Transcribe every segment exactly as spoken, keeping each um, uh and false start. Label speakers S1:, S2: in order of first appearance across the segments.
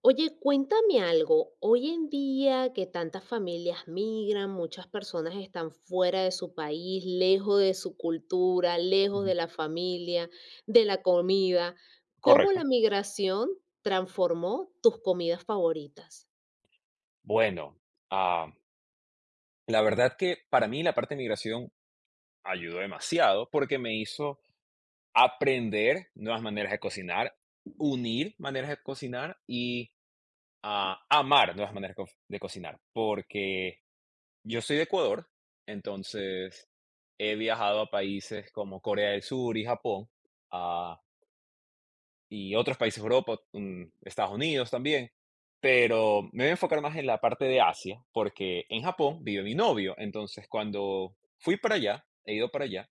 S1: Oye, cuéntame algo. Hoy en día que tantas familias migran, muchas personas están fuera de su país, lejos de su cultura, lejos de
S2: Ujú,
S1: la familia, de la comida. ¿Cómo la
S2: correcto.
S1: migración transformó tus comidas favoritas?
S2: Bueno, ah, la verdad que para mí la parte de migración ayudó demasiado porque me hizo aprender nuevas maneras de cocinar, unir maneras de cocinar y ah, amar nuevas maneras co- de cocinar, porque yo soy de Ecuador. Entonces he viajado a países como Corea del Sur y Japón, ah, y otros países de Europa, mm, Estados Unidos también, pero me voy a enfocar más en la parte de Asia, porque en Japón vive mi novio. Entonces cuando fui para allá, he ido para allá,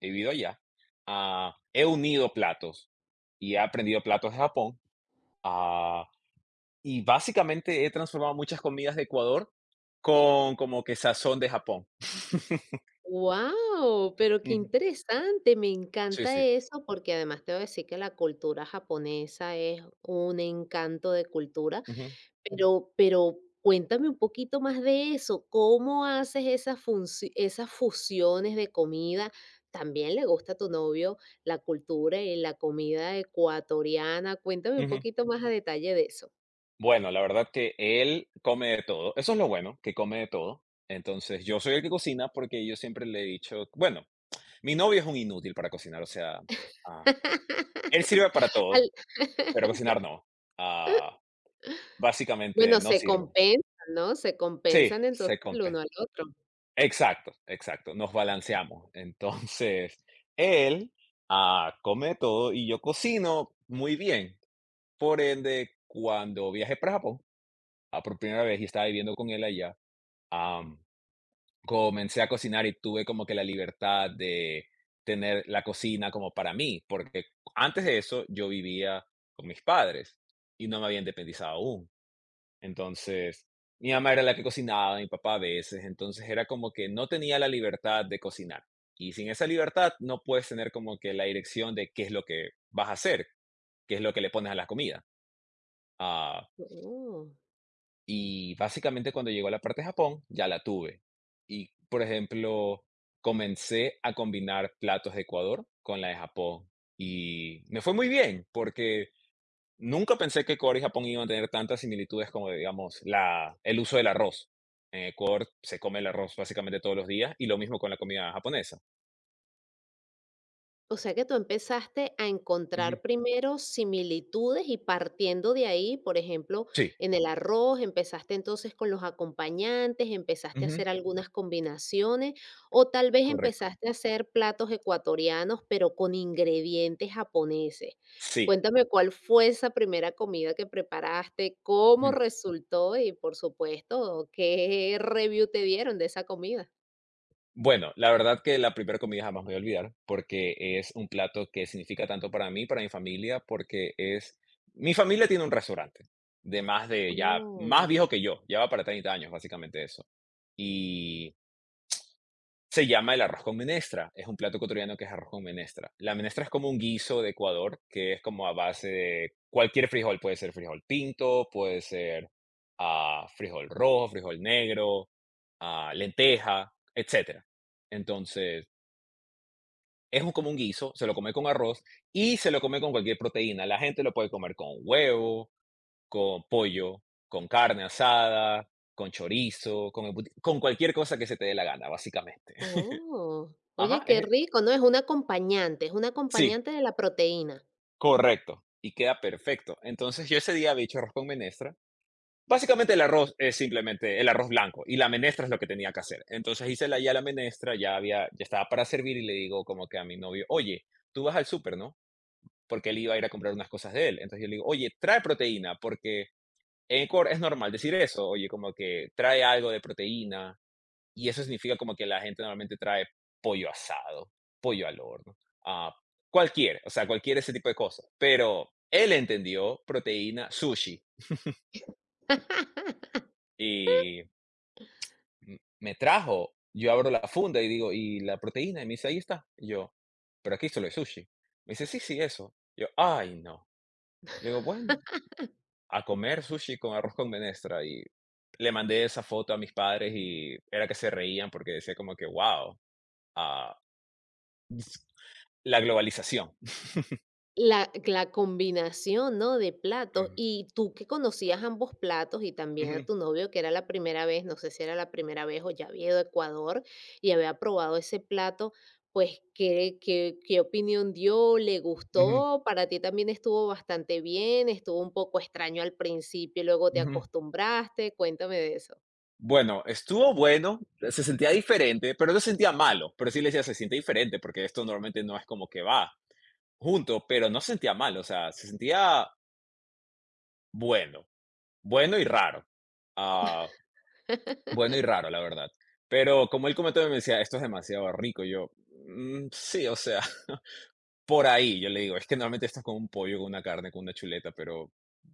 S2: he vivido allá, ah, he unido platos y he aprendido platos de Japón, ah, y básicamente he transformado muchas comidas de Ecuador con como que sazón de Japón.
S1: Wow, pero qué
S2: Ujú.
S1: interesante, me
S2: Sí,
S1: encanta
S2: sí.
S1: eso porque además te voy a decir que la cultura japonesa es un encanto de cultura.
S2: Ujú,
S1: Pero pero cuéntame un poquito más de eso, ¿cómo haces esas funci esas fusiones de comida? También le gusta a tu novio la cultura y la comida ecuatoriana, cuéntame un
S2: ujú.
S1: poquito más a detalle de eso.
S2: Bueno, la verdad que él come de todo. Eso es lo bueno, que come de todo. Entonces, yo soy el que cocina, porque yo siempre le he dicho, bueno, mi novio es un inútil para cocinar, o sea, ah, él sirve para
S1: Al
S2: todo, pero cocinar no. Ah, básicamente
S1: bueno,
S2: no
S1: se
S2: sirve.
S1: compensan, ¿no? Se
S2: Sí,
S1: compensan entonces
S2: se
S1: el uno
S2: compé.
S1: al otro.
S2: Exacto, exacto. Nos balanceamos. Entonces, él ah, come de todo y yo cocino muy bien. Por ende, cuando viajé para Japón, ah, por primera vez y estaba viviendo con él allá, comencé a cocinar y tuve como que la libertad de tener la cocina como para mí, porque antes de eso yo vivía con mis padres y no me había independizado aún. Entonces, mi mamá era la que cocinaba, mi papá a veces, entonces era como que no tenía la libertad de cocinar. Y sin esa libertad no puedes tener como que la dirección de qué es lo que vas a hacer, qué es lo que le pones a la comida. Ah,
S1: Oh.
S2: y básicamente cuando llegó la parte de Japón, ya la tuve. Y, por ejemplo, comencé a combinar platos de Ecuador con la de Japón. Y me fue muy bien, porque nunca pensé que Ecuador y Japón iban a tener tantas similitudes como, digamos, la, el uso del arroz. En Ecuador se come el arroz básicamente todos los días y lo mismo con la comida japonesa.
S1: O sea que tú empezaste a
S2: Ujú.
S1: encontrar primero similitudes y partiendo de ahí, por ejemplo,
S2: Sí,
S1: en el arroz, empezaste entonces con los acompañantes, empezaste a
S2: ujú,
S1: hacer algunas combinaciones o tal vez
S2: correcto.
S1: empezaste a hacer platos ecuatorianos pero con ingredientes japoneses.
S2: Sí.
S1: Cuéntame cuál fue esa primera comida que preparaste, cómo resultó y por supuesto, qué review te dieron de esa comida.
S2: Bueno, la verdad que la primera comida jamás me voy a olvidar, porque es un plato que significa tanto para mí, para mi familia, porque es mi familia tiene un restaurante de más de ya más
S1: Oh.
S2: viejo que yo, ya va para treinta años, básicamente eso. Y se llama el arroz con menestra, es un plato ecuatoriano que es arroz con menestra. La menestra es como un guiso de Ecuador, que es como a base de cualquier frijol, puede ser frijol pinto, puede ser, ah, frijol rojo, frijol negro, ah, lenteja, etcétera. Entonces, es un como un guiso, se lo come con arroz y se lo come con cualquier proteína. La gente lo puede comer con huevo, con pollo, con carne asada, con chorizo, con embuti con cualquier cosa que se te dé la gana, básicamente.
S1: Oh, oye,
S2: Ajá,
S1: qué
S2: es
S1: rico, ¿no? Es un acompañante, es un
S2: sí.
S1: acompañante de la proteína.
S2: Correcto, y queda perfecto. Entonces, yo ese día había hecho arroz con menestra. Básicamente, el arroz es simplemente el arroz blanco y la menestra es lo que tenía que hacer. Entonces, hice la, ya la menestra, ya había, ya estaba para servir y le digo como que a mi novio, oye, tú vas al súper, ¿no? Porque él iba a ir a comprar unas cosas de él. Entonces, yo le digo, oye, trae proteína, porque en Ecuador es normal decir eso, oye, como que trae algo de proteína y eso significa como que la gente normalmente trae pollo asado, pollo al horno, ah, cualquier, o sea, cualquier ese tipo de cosas. Pero él entendió proteína, sushi, y m- me trajo, yo abro la funda y digo, ¿y la proteína? Y me dice, ahí está. Y yo, pero aquí solo hay sushi. Me dice, sí, sí, eso. Yo, ay, no. Le digo, bueno, a comer sushi con arroz con menestra. Y le mandé esa foto a mis padres y era que se reían porque decía como que, wow, ah, la globalización.
S1: La, la combinación, ¿no? De platos.
S2: Mm,
S1: Y tú que conocías ambos platos y también a
S2: ujú,
S1: tu novio, que era la primera vez, no sé si era la primera vez o ya había ido a Ecuador y había probado ese plato, pues, ¿qué, qué, qué opinión dio? ¿Le
S2: ujú,
S1: gustó? Para ti también estuvo bastante bien, estuvo un poco extraño al principio y luego te
S2: ujú.
S1: acostumbraste. Cuéntame de eso.
S2: Bueno, estuvo bueno, se sentía diferente, pero no se sentía malo, pero sí le decía, se siente diferente, porque esto normalmente no es como que va junto, pero no se sentía mal, o sea, se sentía bueno, bueno y raro, ah, bueno y raro, la verdad. Pero como él comentó, me decía, esto es demasiado rico, y yo, "Mm, sí, o sea, por ahí", yo le digo, es que normalmente esto es con un pollo, con una carne, con una chuleta, pero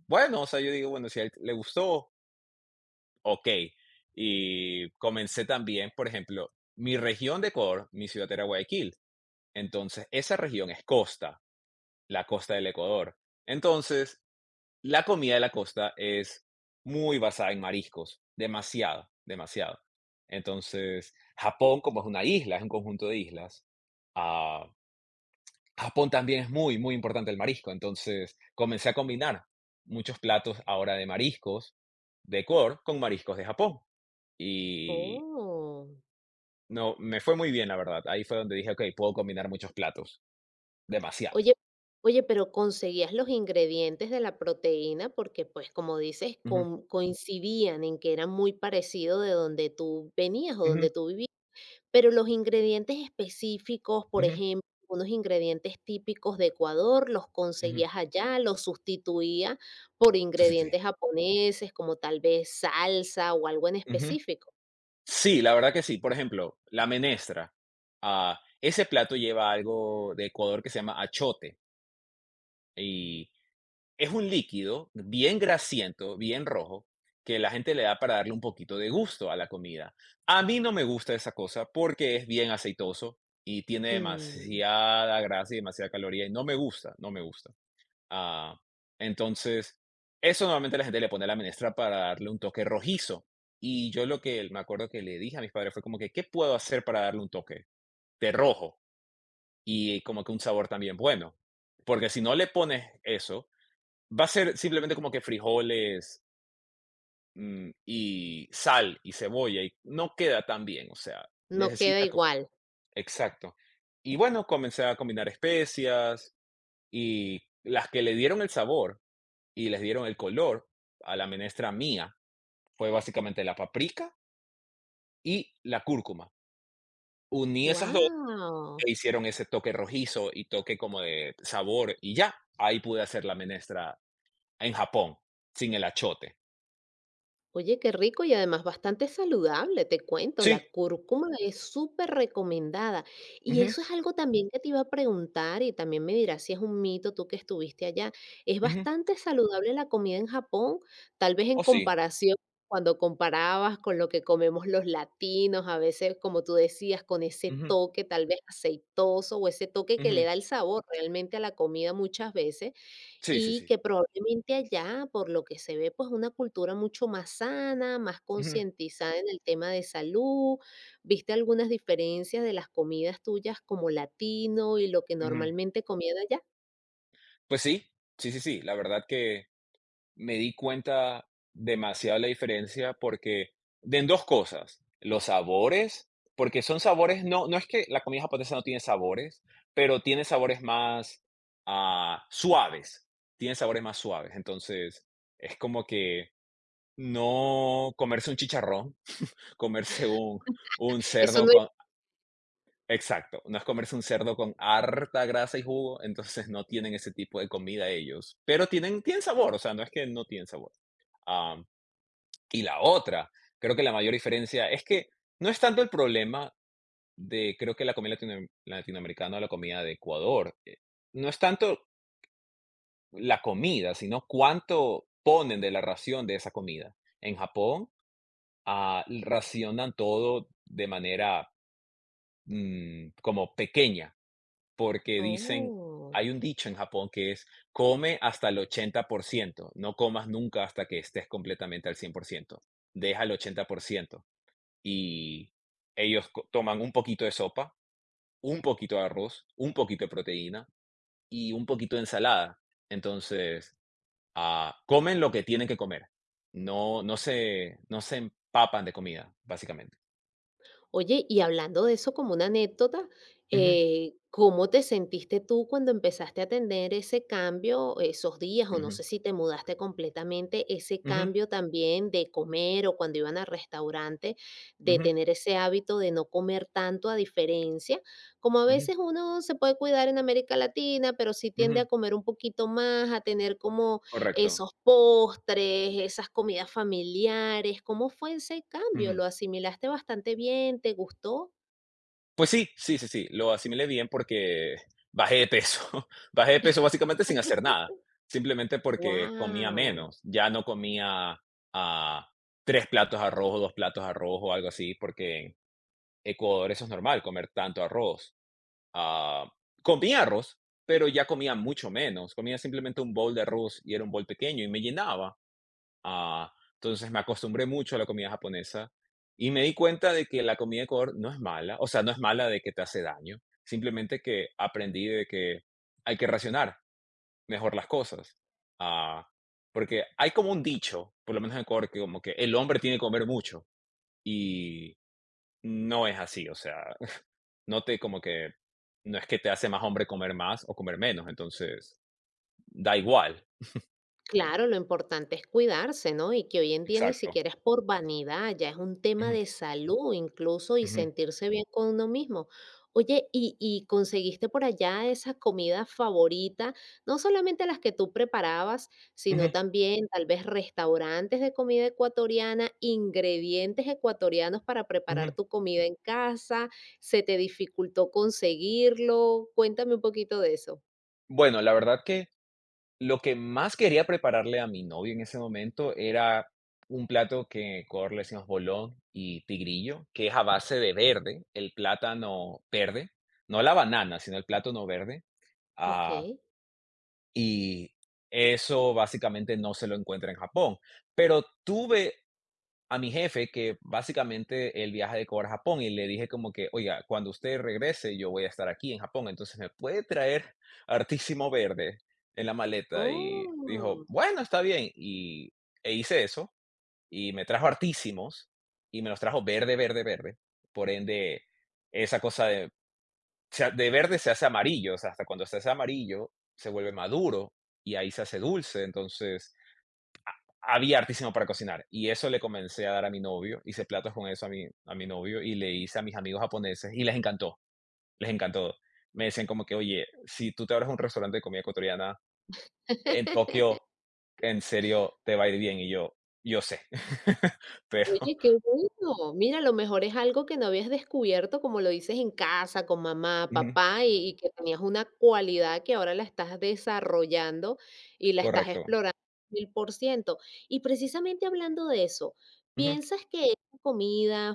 S2: bueno, o sea, yo digo, bueno, si a él le gustó, ok. Y comencé también, por ejemplo, mi región de Ecuador, mi ciudad era Guayaquil. Entonces, esa región es costa, la costa del Ecuador. Entonces, la comida de la costa es muy basada en mariscos, demasiado, demasiado. Entonces, Japón, como es una isla, es un conjunto de islas, ah, Japón también es muy, muy importante el marisco. Entonces, comencé a combinar muchos platos ahora de mariscos de Ecuador con mariscos de Japón. Y
S1: Oh.
S2: no, me fue muy bien, la verdad. Ahí fue donde dije: "Okey, puedo combinar muchos platos, demasiados".
S1: Oye, oye, pero conseguías los ingredientes de la proteína porque, pues, como dices,
S2: Ujú,
S1: con- coincidían en que era muy parecido de donde tú venías o
S2: ujú,
S1: donde tú vivías, pero los ingredientes específicos, por
S2: ujú,
S1: ejemplo, unos ingredientes típicos de Ecuador, los
S2: ujú.
S1: conseguías allá, los sustituías por
S2: Sí, sí, sí.
S1: ingredientes japoneses, como tal vez salsa o algo en
S2: Ujú.
S1: específico.
S2: Sí, la verdad que sí. Por ejemplo, la menestra, ah, ese plato lleva algo de Ecuador que se llama achote, y es un líquido bien grasiento, bien rojo, que la gente le da para darle un poquito de gusto a la comida. A mí no me gusta esa cosa porque es bien aceitoso y tiene
S1: Mm,
S2: demasiada grasa y demasiada caloría, y no me gusta, no me gusta. Ah, entonces, eso normalmente la gente le pone a la menestra para darle un toque rojizo. Y yo lo que me acuerdo que le dije a mis padres fue como que, ¿qué puedo hacer para darle un toque de rojo? Y como que un sabor también bueno. Porque si no le pones eso, va a ser simplemente como que frijoles mm, y sal y cebolla y no queda tan bien. O sea,
S1: no queda
S2: necesita... co-
S1: igual.
S2: exacto. Y bueno, comencé a combinar especias y las que le dieron el sabor y les dieron el color a la menestra mía. Fue básicamente la paprika y la cúrcuma. Uní esas dos
S1: ¡Wow!
S2: e hicieron ese toque rojizo y toque como de sabor y ya, ahí pude hacer la menestra en Japón, sin el achote.
S1: Oye, qué rico y además bastante saludable, te cuento, la
S2: Sí.
S1: cúrcuma es súper recomendada. Y
S2: Ujú,
S1: eso es algo también que te iba a preguntar y también me dirás si es un mito tú que estuviste allá. ¿Es
S2: ujú.
S1: bastante saludable la comida en Japón? Tal vez en
S2: Oh, sí.
S1: comparación, cuando comparabas con lo que comemos los latinos, a veces, como tú decías, con ese
S2: Ujú,
S1: toque tal vez aceitoso o ese toque que le
S2: ujú.
S1: da el sabor realmente a la comida muchas veces.
S2: Sí, sí,
S1: Y
S2: sí.
S1: que probablemente allá, por lo que se ve, pues una cultura mucho más sana, más
S2: Ujú,
S1: concientizada en el tema de salud. ¿Viste algunas diferencias de las comidas tuyas como latino y lo que
S2: ujú.
S1: normalmente comían allá?
S2: Pues sí, sí, sí, sí. La verdad que me di cuenta demasiado la diferencia porque de en dos cosas, los sabores, porque son sabores, no no es que la comida japonesa no tiene sabores, pero tiene sabores más, ah, suaves, tiene sabores más suaves. Entonces, es como que no comerse un chicharrón, comerse un un
S1: Eso
S2: cerdo
S1: no es.
S2: con exacto, no es comerse un cerdo con harta grasa y jugo, entonces no tienen ese tipo de comida ellos, pero tienen tienen sabor, o sea, no es que no tienen sabor. Ah, y la otra, creo que la mayor diferencia es que no es tanto el problema de, creo que la comida latino- latinoamericana o la comida de Ecuador, eh, no es tanto la comida, sino cuánto ponen de la ración de esa comida. En Japón, ah, racionan todo de manera mm, como pequeña, porque dicen,
S1: Oh.
S2: hay un dicho en Japón que es, come hasta el ochenta por ciento, no comas nunca hasta que estés completamente al cien por ciento, deja el ochenta por ciento. Y ellos co- toman un poquito de sopa, un poquito de arroz, un poquito de proteína y un poquito de ensalada. Entonces, ah, comen lo que tienen que comer. No, no se, no se empapan de comida, básicamente.
S1: Oye, y hablando de eso como una anécdota,
S2: Ujú,
S1: eh, ¿cómo te sentiste tú cuando empezaste a tener ese cambio esos días? O no sé
S2: ujú,
S1: si te mudaste completamente, ese
S2: ujú,
S1: cambio también de comer o cuando iban al restaurante, de
S2: ujú,
S1: tener ese hábito de no comer tanto a diferencia. Como a
S2: ujú,
S1: veces uno se puede cuidar en América Latina, pero sí tiende
S2: ujú,
S1: a comer un poquito más, a tener como
S2: correcto.
S1: esos postres, esas comidas familiares, ¿cómo fue ese cambio?
S2: Ujú.
S1: ¿Lo asimilaste bastante bien? ¿Te gustó?
S2: Pues sí, sí, sí, sí, lo asimilé bien porque bajé de peso. Bajé de peso básicamente sin hacer nada, simplemente porque comía
S1: Wow.
S2: menos. Ya no comía, ah, tres platos de arroz o dos platos de arroz o algo así, porque en Ecuador eso es normal, comer tanto arroz. Ah, comía arroz, pero ya comía mucho menos. Comía simplemente un bowl de arroz y era un bowl pequeño y me llenaba. Ah, entonces me acostumbré mucho a la comida japonesa y me di cuenta de que la comida de Ecuador no es mala, o sea, no es mala de que te hace daño, simplemente que aprendí de que hay que racionar mejor las cosas. Ah, porque hay como un dicho, por lo menos en Ecuador, que como que el hombre tiene que comer mucho y no es así, o sea, no te como que no es que te hace más hombre comer más o comer menos, entonces da igual.
S1: Claro, lo importante es cuidarse, ¿no? Y que hoy en día ni
S2: Exacto.
S1: siquiera es por vanidad, ya es un tema
S2: Ujú,
S1: de salud incluso y
S2: ujú,
S1: sentirse bien con uno mismo. Oye, ¿y, y conseguiste por allá esa comida favorita? No solamente las que tú preparabas, sino
S2: ujú,
S1: también tal vez restaurantes de comida ecuatoriana, ingredientes ecuatorianos para preparar
S2: ujú.
S1: tu comida en casa. ¿Se te dificultó conseguirlo? Cuéntame un poquito de eso.
S2: Bueno, la verdad que lo que más quería prepararle a mi novio en ese momento era un plato que en Ecuador le decimos bolón y tigrillo, que es a base de verde, el plátano verde, no la banana, sino el plátano verde.
S1: Ok.
S2: ah, y eso básicamente no se lo encuentra en Japón. Pero tuve a mi jefe que básicamente él viaja de Ecuador a Japón y le dije como que, oiga, cuando usted regrese yo voy a estar aquí en Japón, entonces me puede traer artísimo verde en la maleta y dijo,
S1: Oh.
S2: bueno, está bien. Y e hice eso y me trajo artísimos y me los trajo verde, verde, verde. Por ende, esa cosa de, se ha- de verde se hace amarillo, o sea, hasta cuando se hace amarillo se vuelve maduro y ahí se hace dulce, entonces había artísimo para cocinar y eso le comencé a dar a mi novio, hice platos con eso a mi, a mi novio y le hice a mis amigos japoneses y les encantó, les encantó. Me decían como que, oye, si tú te abres un restaurante de comida ecuatoriana en Tokio, en serio, te va a ir bien y yo, yo sé, pero,
S1: Oye, qué bueno. Mira, a lo mejor es algo que no habías descubierto, como lo dices, en casa, con mamá,
S2: ujú,
S1: papá, y, y que tenías una cualidad que ahora la estás desarrollando y la estás
S2: correcto.
S1: explorando mil por ciento. Y precisamente hablando de eso,
S2: Ujú,
S1: ¿piensas que esta comida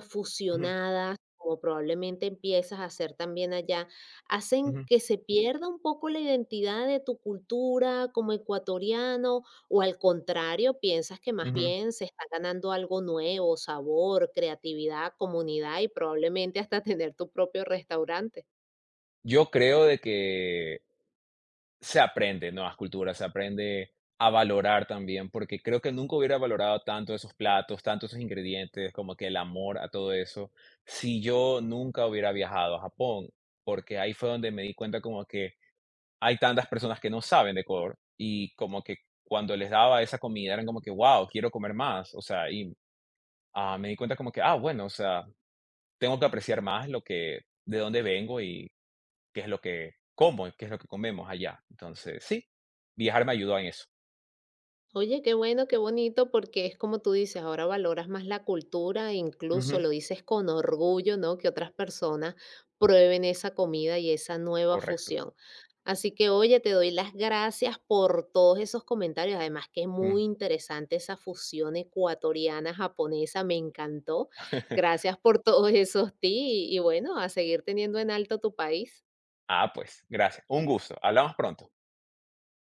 S2: ujú,
S1: fusionada, como probablemente empiezas a hacer también allá, hacen
S2: ujú,
S1: que se pierda un poco la identidad de tu cultura como ecuatoriano? O al contrario, piensas que más
S2: ujú.
S1: bien se está ganando algo nuevo, sabor, creatividad, comunidad y probablemente hasta tener tu propio restaurante.
S2: Yo creo de que se aprende nuevas culturas, se aprende a valorar también, porque creo que nunca hubiera valorado tanto esos platos, tanto esos ingredientes, como que el amor a todo eso, si yo nunca hubiera viajado a Japón, porque ahí fue donde me di cuenta como que hay tantas personas que no saben de Ecuador y como que cuando les daba esa comida eran como que, wow, quiero comer más, o sea, y ah, me di cuenta como que, ah, bueno, o sea, tengo que apreciar más lo que, de dónde vengo y qué es lo que como y qué es lo que comemos allá. Entonces, sí, viajar me ayudó en eso.
S1: Oye, qué bueno, qué bonito, porque es como tú dices, ahora valoras más la cultura, e incluso
S2: Ujú,
S1: lo dices con orgullo, ¿no? Que otras personas prueben esa comida y esa nueva
S2: correcto.
S1: fusión. Así que, oye, te doy las gracias por todos esos comentarios. Además, que es muy
S2: Mm.
S1: interesante esa fusión ecuatoriana-japonesa, me encantó. Gracias por todos esos tips y, y bueno, a seguir teniendo en alto tu país.
S2: Ah, pues, gracias. Un gusto. Hablamos pronto.